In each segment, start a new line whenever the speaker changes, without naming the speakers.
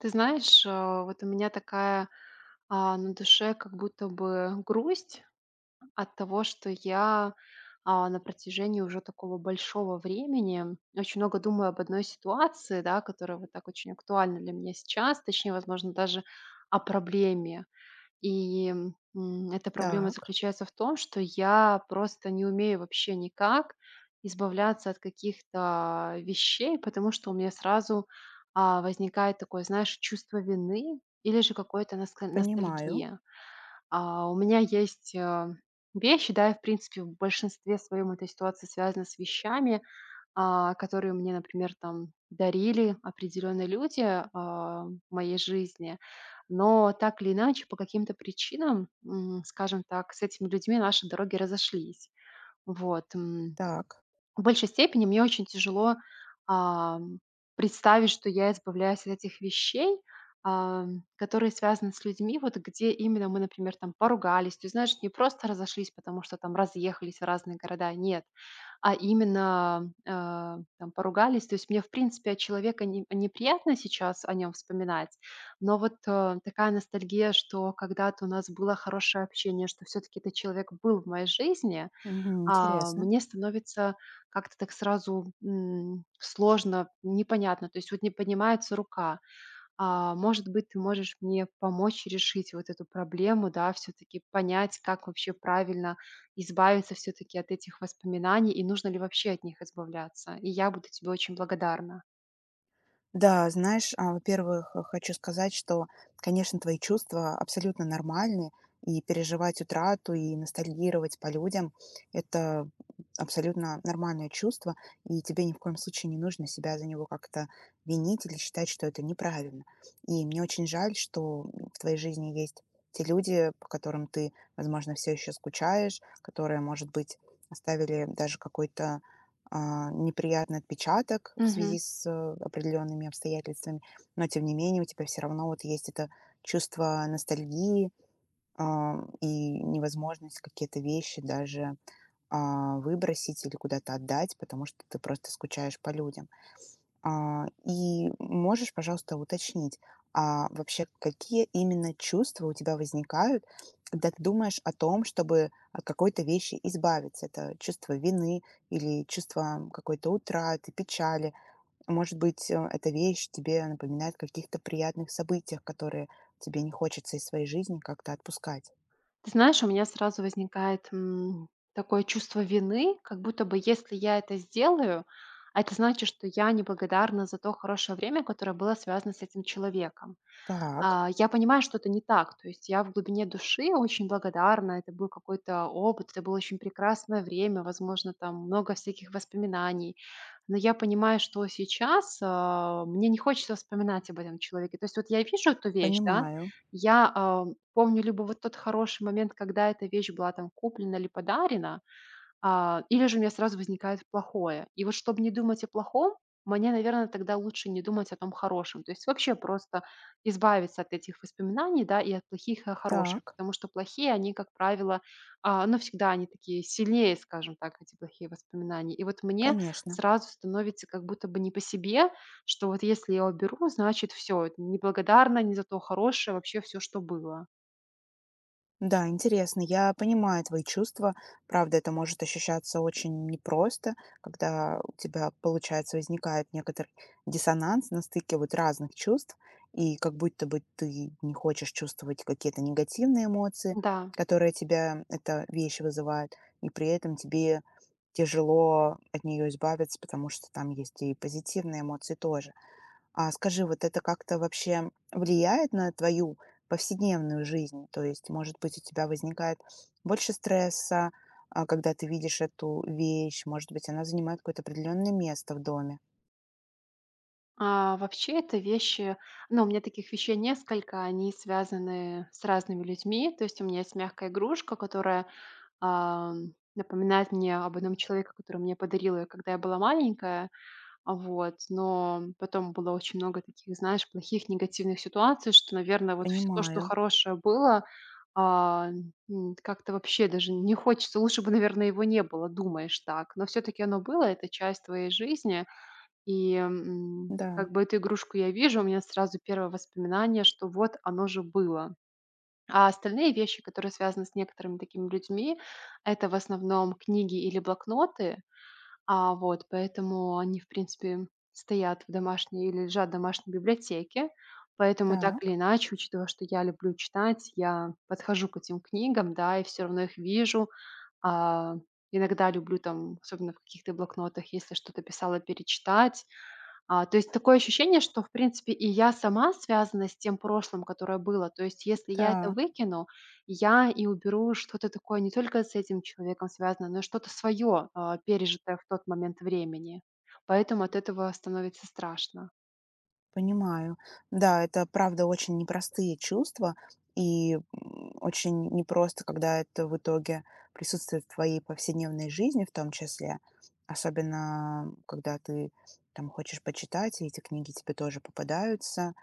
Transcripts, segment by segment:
Ты знаешь, вот у меня такая на душе как будто бы грусть от того, что я на протяжении уже такого большого времени очень много думаю об одной ситуации, да, которая вот так очень актуальна для меня сейчас, точнее, возможно, даже о проблеме. Эта проблема
Так,
заключается в том, что я просто не умею вообще никак избавляться от каких-то вещей, потому что у меня сразу, возникает такое, знаешь, чувство вины или же какое-то
понимаю.
ностальгия. У меня есть, вещи, да, и в принципе в большинстве своем эта ситуация связана с вещами, которые мне, например, там дарили определенные люди в моей жизни. Но так или иначе, по каким-то причинам, скажем так, с этими людьми наши дороги разошлись. Вот. М.
Так,
В большей степени мне очень тяжело, ам, представить, что я избавляюсь от этих вещей, которые связаны с людьми, вот где именно мы, например, там поругались. То есть, знаешь, не просто разошлись, потому что там разъехались в разные города, нет, а именно, там поругались. То есть мне, в принципе, от человека не неприятно сейчас о нем вспоминать, но вот, такая ностальгия, что когда-то у нас было хорошее общение, что все таки этот человек был в моей жизни,
мгм, интересно.
мне становится как-то так сразу сложно, непонятно, то есть вот не поднимается рука. Может быть, ты можешь мне помочь решить вот эту проблему, да, все-таки понять, как вообще правильно избавиться все-таки от этих воспоминаний и нужно ли вообще от них избавляться. И я буду тебе очень благодарна.
Да, знаешь, а, во-первых, э, хочу сказать, что, конечно, твои чувства абсолютно нормальны, и переживать утрату, и ностальгировать по людям- это абсолютно нормальное чувство, и тебе ни в коем случае не нужно себя за него как-то винить или считать, что это неправильно. И мне очень жаль, что в твоей жизни есть те люди, по которым ты, возможно, все еще скучаешь, которые, может быть, оставили даже какой-то неприятный отпечаток в связи
Мгм.
с определенными обстоятельствами, но тем не менее у тебя все равно вот есть это чувство ностальгии и невозможность какие-то вещи даже выбросить или куда-то отдать, потому что ты просто скучаешь по людям. И можешь, пожалуйста, уточнить, а вообще какие именно чувства у тебя возникают, когда ты думаешь о том, чтобы от какой-то вещи избавиться? Это чувство вины или чувство какой-то утраты, печали? Может быть, эта вещь тебе напоминает о каких-то приятных событиях, которые тебе не хочется из своей жизни как-то отпускать?
Ты знаешь, у меня сразу возникает, такое чувство вины, как будто бы если я это сделаю, а это значит, что я неблагодарна за то хорошее время, которое было связано с этим человеком.
Так,
Я понимаю, что это не так. То есть я в глубине души очень благодарна. Это был какой-то опыт, это было очень прекрасное время, возможно, там много всяких воспоминаний. Но я понимаю, что сейчас мне не хочется вспоминать об этом человеке. То есть вот я вижу эту вещь, да,
понимаю.
я помню либо вот тот хороший момент, когда эта вещь была там куплена или подарена, или же у меня сразу возникает плохое. И вот чтобы не думать о плохом, мне, наверное, тогда лучше не думать о том хорошем. То есть вообще просто избавиться от этих воспоминаний, да, и от плохих и о хороших,
Так,
потому что плохие, они, как правило, ну, всегда они такие сильнее, скажем так, эти плохие воспоминания. И вот мне
конечно.
сразу становится как будто бы не по себе, что вот если я уберу, значит, все, неблагодарно, не за то хорошее, вообще все, что было.
Да, интересно. Я понимаю твои чувства. Правда, это может ощущаться очень непросто, когда у тебя, получается, возникает некоторый диссонанс на стыке вот разных чувств, и как будто бы ты не хочешь чувствовать какие-то негативные эмоции,
Да.
которые тебя эта вещь вызывает, и при этом тебе тяжело от нее избавиться, потому что там есть и позитивные эмоции тоже. А скажи, вот это как-то вообще влияет на твою повседневную жизнь? То есть, может быть, у тебя возникает больше стресса, когда ты видишь эту вещь, может быть, она занимает какое-то определенное место в доме.
Вообще это вещи, ну, у меня таких вещей несколько, они связаны с разными людьми. То есть у меня есть мягкая игрушка, которая, напоминает мне об одном человеке, который мне подарил ее, когда я была маленькая. Вот, но потом было очень много таких, знаешь, плохих, негативных ситуаций, что, наверное, вот все то, что
Понимаю.
хорошее было, а, как-то вообще даже не хочется. Лучше бы, наверное, его не было, думаешь так. Но все таки оно было, это часть твоей жизни.
Да,
Как бы эту игрушку я вижу, у меня сразу первое воспоминание, что вот оно же было. А остальные вещи, которые связаны с некоторыми такими людьми, это в основном книги или блокноты. Вот, поэтому они, в принципе, стоят в домашней или лежат в домашней библиотеке. Поэтому так или
так,
иначе, учитывая, что я люблю читать, я подхожу к этим книгам, да, и все равно их вижу. А, Иногда люблю там, особенно в каких-то блокнотах, если что-то писала, перечитать. То есть такое ощущение, что, в принципе, и я сама связана с тем прошлым, которое было. То есть если я это
так.
выкину, я и уберу что-то такое не только с этим человеком связано, но и что-то свое, пережитое в тот момент времени. Поэтому от этого становится страшно.
Понимаю. Да, это правда очень непростые чувства, и очень непросто, когда это в итоге присутствует в твоей повседневной жизни в том числе, особенно когда ты там хочешь почитать, и эти книги тебе тоже попадаются,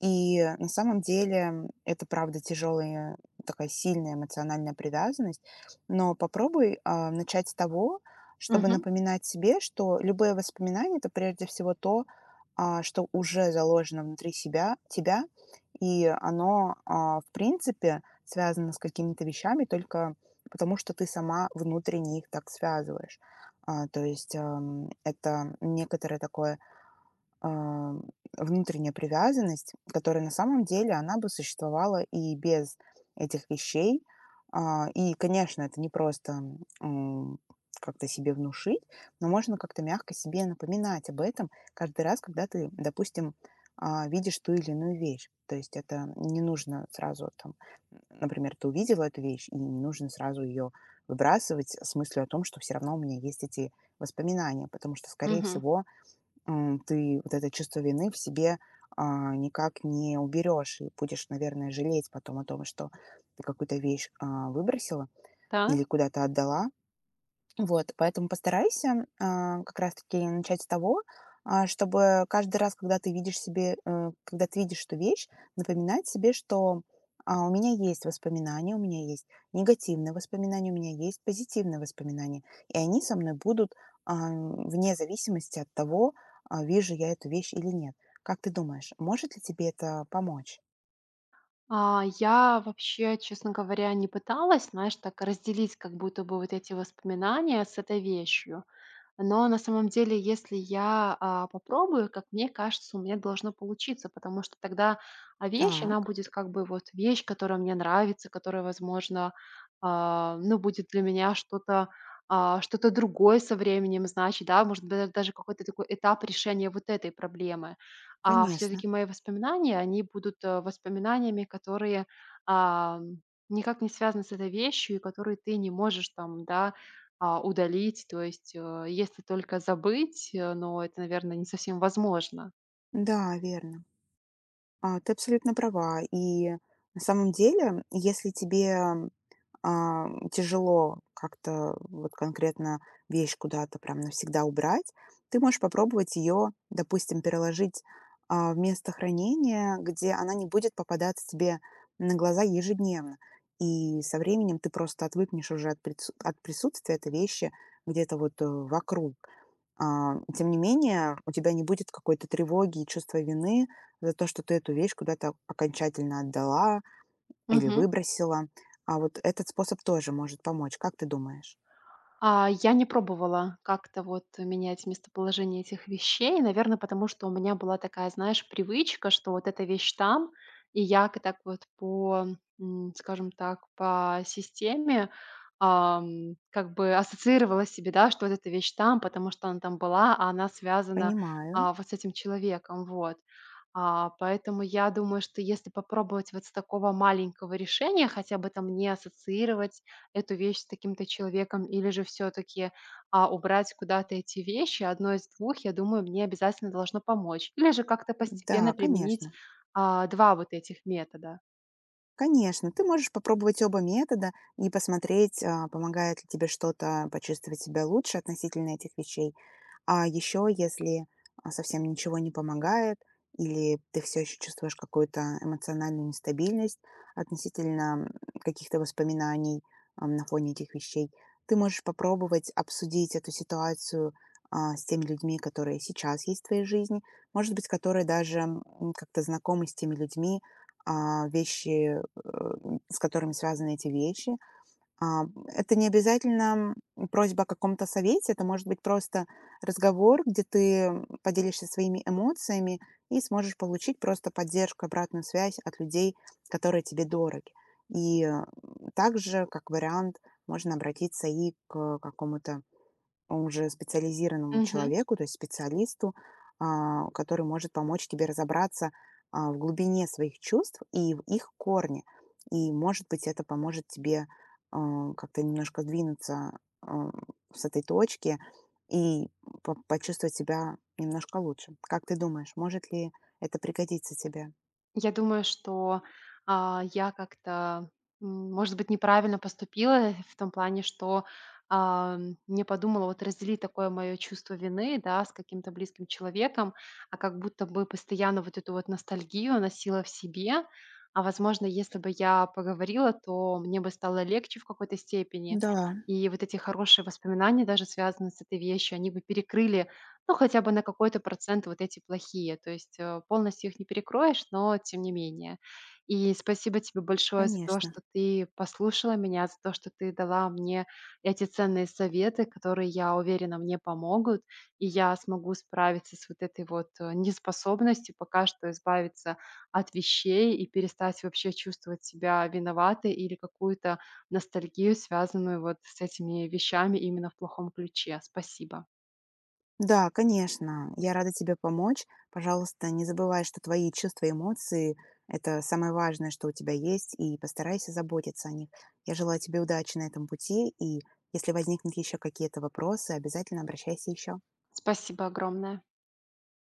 и на самом деле это правда тяжелая, такая сильная эмоциональная привязанность. Но попробуй начать с того, чтобы
Мгм,
напоминать себе, что любые воспоминания это прежде всего то, что уже заложено внутри себя, тебя, и оно, в принципе, связано с какими-то вещами только потому, что ты сама внутренне их так связываешь. То есть это некоторое такое а, внутренняя привязанность, которая на самом деле она бы существовала и без этих вещей. И, конечно, это не просто м, как-то себе внушить, но можно как-то мягко себе напоминать об этом каждый раз, когда ты, допустим, видишь ту или иную вещь. То есть это не нужно сразу там, например, ты увидела эту вещь, и не нужно сразу ее выбрасывать с мыслью о том, что все равно у меня есть эти воспоминания, потому что, скорее
мгм.
всего, ты вот это чувство вины в себе никак не уберешь и будешь, наверное, жалеть потом о том, что ты какую-то вещь выбросила
Так.
или куда-то отдала, вот, поэтому постарайся, как раз-таки начать с того, чтобы каждый раз, когда ты видишь эту вещь, напоминать себе, что у меня есть воспоминания, у меня есть негативные воспоминания, у меня есть позитивные воспоминания, и они со мной будут вне зависимости от того, вижу я эту вещь или нет. Как ты думаешь, может ли тебе это помочь?
Я вообще, честно говоря, не пыталась, знаешь, так разделить как будто бы вот эти воспоминания с этой вещью. Но на самом деле, если я, попробую, как мне кажется, у меня должно получиться, потому что тогда, вещь, она
Так.
будет как бы вот вещь, которая мне нравится, которая, возможно, ну, будет для меня что-то, что-то другое со временем значит да, может быть, даже какой-то такой этап решения вот этой проблемы. А все
Конечно.
таки мои воспоминания, они будут, воспоминаниями, которые, ам, никак не связаны с этой вещью и которые ты не можешь там, да, удалить, то есть, если только забыть, но это, наверное, не совсем возможно.
Да, верно. Ты абсолютно права. И на самом деле, если тебе, тяжело как-то вот конкретно вещь куда-то прям навсегда убрать, ты можешь попробовать ее, допустим, переложить, в место хранения, где она не будет попадаться тебе на глаза ежедневно. И со временем ты просто отвыкнешь уже от присутствия этой вещи где-то вот, вокруг. Тем не менее, у тебя не будет какой-то тревоги и чувства вины за то, что ты эту вещь куда-то окончательно отдала или выбросила. А вот этот способ тоже может помочь. Как ты думаешь?
Я не пробовала как-то вот менять местоположение этих вещей. Наверное, потому что у меня была такая, знаешь, привычка, что вот эта вещь там, и я к так скажем так, по системе, как бы ассоциировала себе, да, что вот эта вещь там, потому что она там была, а она связана,
Понимаю.
вот с этим человеком, вот. Поэтому я думаю, что если попробовать вот с такого маленького решения, хотя бы там не ассоциировать эту вещь с таким-то человеком, или же все-таки убрать куда-то эти вещи, одно из двух, я думаю, мне обязательно должно помочь. Или же как-то
Да,
постепенно применить
конечно.
два вот этих метода.
Конечно, ты можешь попробовать оба метода и посмотреть, помогает ли тебе что-то почувствовать себя лучше относительно этих вещей. А еще, если совсем ничего не помогает, или ты все еще чувствуешь какую-то эмоциональную нестабильность относительно каких-то воспоминаний на фоне этих вещей, ты можешь попробовать обсудить эту ситуацию с теми людьми, которые сейчас есть в твоей жизни, может быть, которые даже как-то знакомы с теми людьми, а, вещи э, с которыми связаны эти вещи. Это не обязательно просьба о каком-то совете, это может быть просто разговор, где ты поделишься своими эмоциями и сможешь получить просто поддержку, обратную связь от людей, которые тебе дороги. И э, Также, как вариант, можно обратиться и к какому-то уже специализированному
Мгм.
человеку, то есть специалисту, который может помочь тебе разобраться в глубине своих чувств и в их корне. И, может быть, это поможет тебе как-то немножко сдвинуться а, с этой точки и почувствовать себя немножко лучше. Как ты думаешь, может ли это пригодиться тебе?
Я думаю, что, я как-то, может быть, неправильно поступила в том плане, что, не подумала вот разделить такое мое чувство вины, да, с каким-то близким человеком, а как будто бы постоянно вот эту вот ностальгию носила в себе. Возможно, если бы я поговорила, то мне бы стало легче в какой-то степени.
Да,
И вот эти хорошие воспоминания, даже связанные с этой вещью, они бы перекрыли, ну, хотя бы на какой-то процент вот эти плохие. То есть полностью их не перекроешь, но тем не менее. И спасибо тебе большое за то,
конечно.
что ты послушала меня, за то, что ты дала мне эти ценные советы, которые, я уверена, мне помогут, и я смогу справиться с вот этой вот неспособностью пока что избавиться от вещей и перестать вообще чувствовать себя виноватой или какую-то ностальгию, связанную вот с этими вещами именно в плохом ключе. Спасибо.
Да, конечно, я рада тебе помочь. Пожалуйста, не забывай, что твои чувства и эмоции– это самое важное, что у тебя есть, и постарайся заботиться о них. Я желаю тебе удачи на этом пути, и если возникнут еще какие-то вопросы, обязательно обращайся еще.
Спасибо огромное.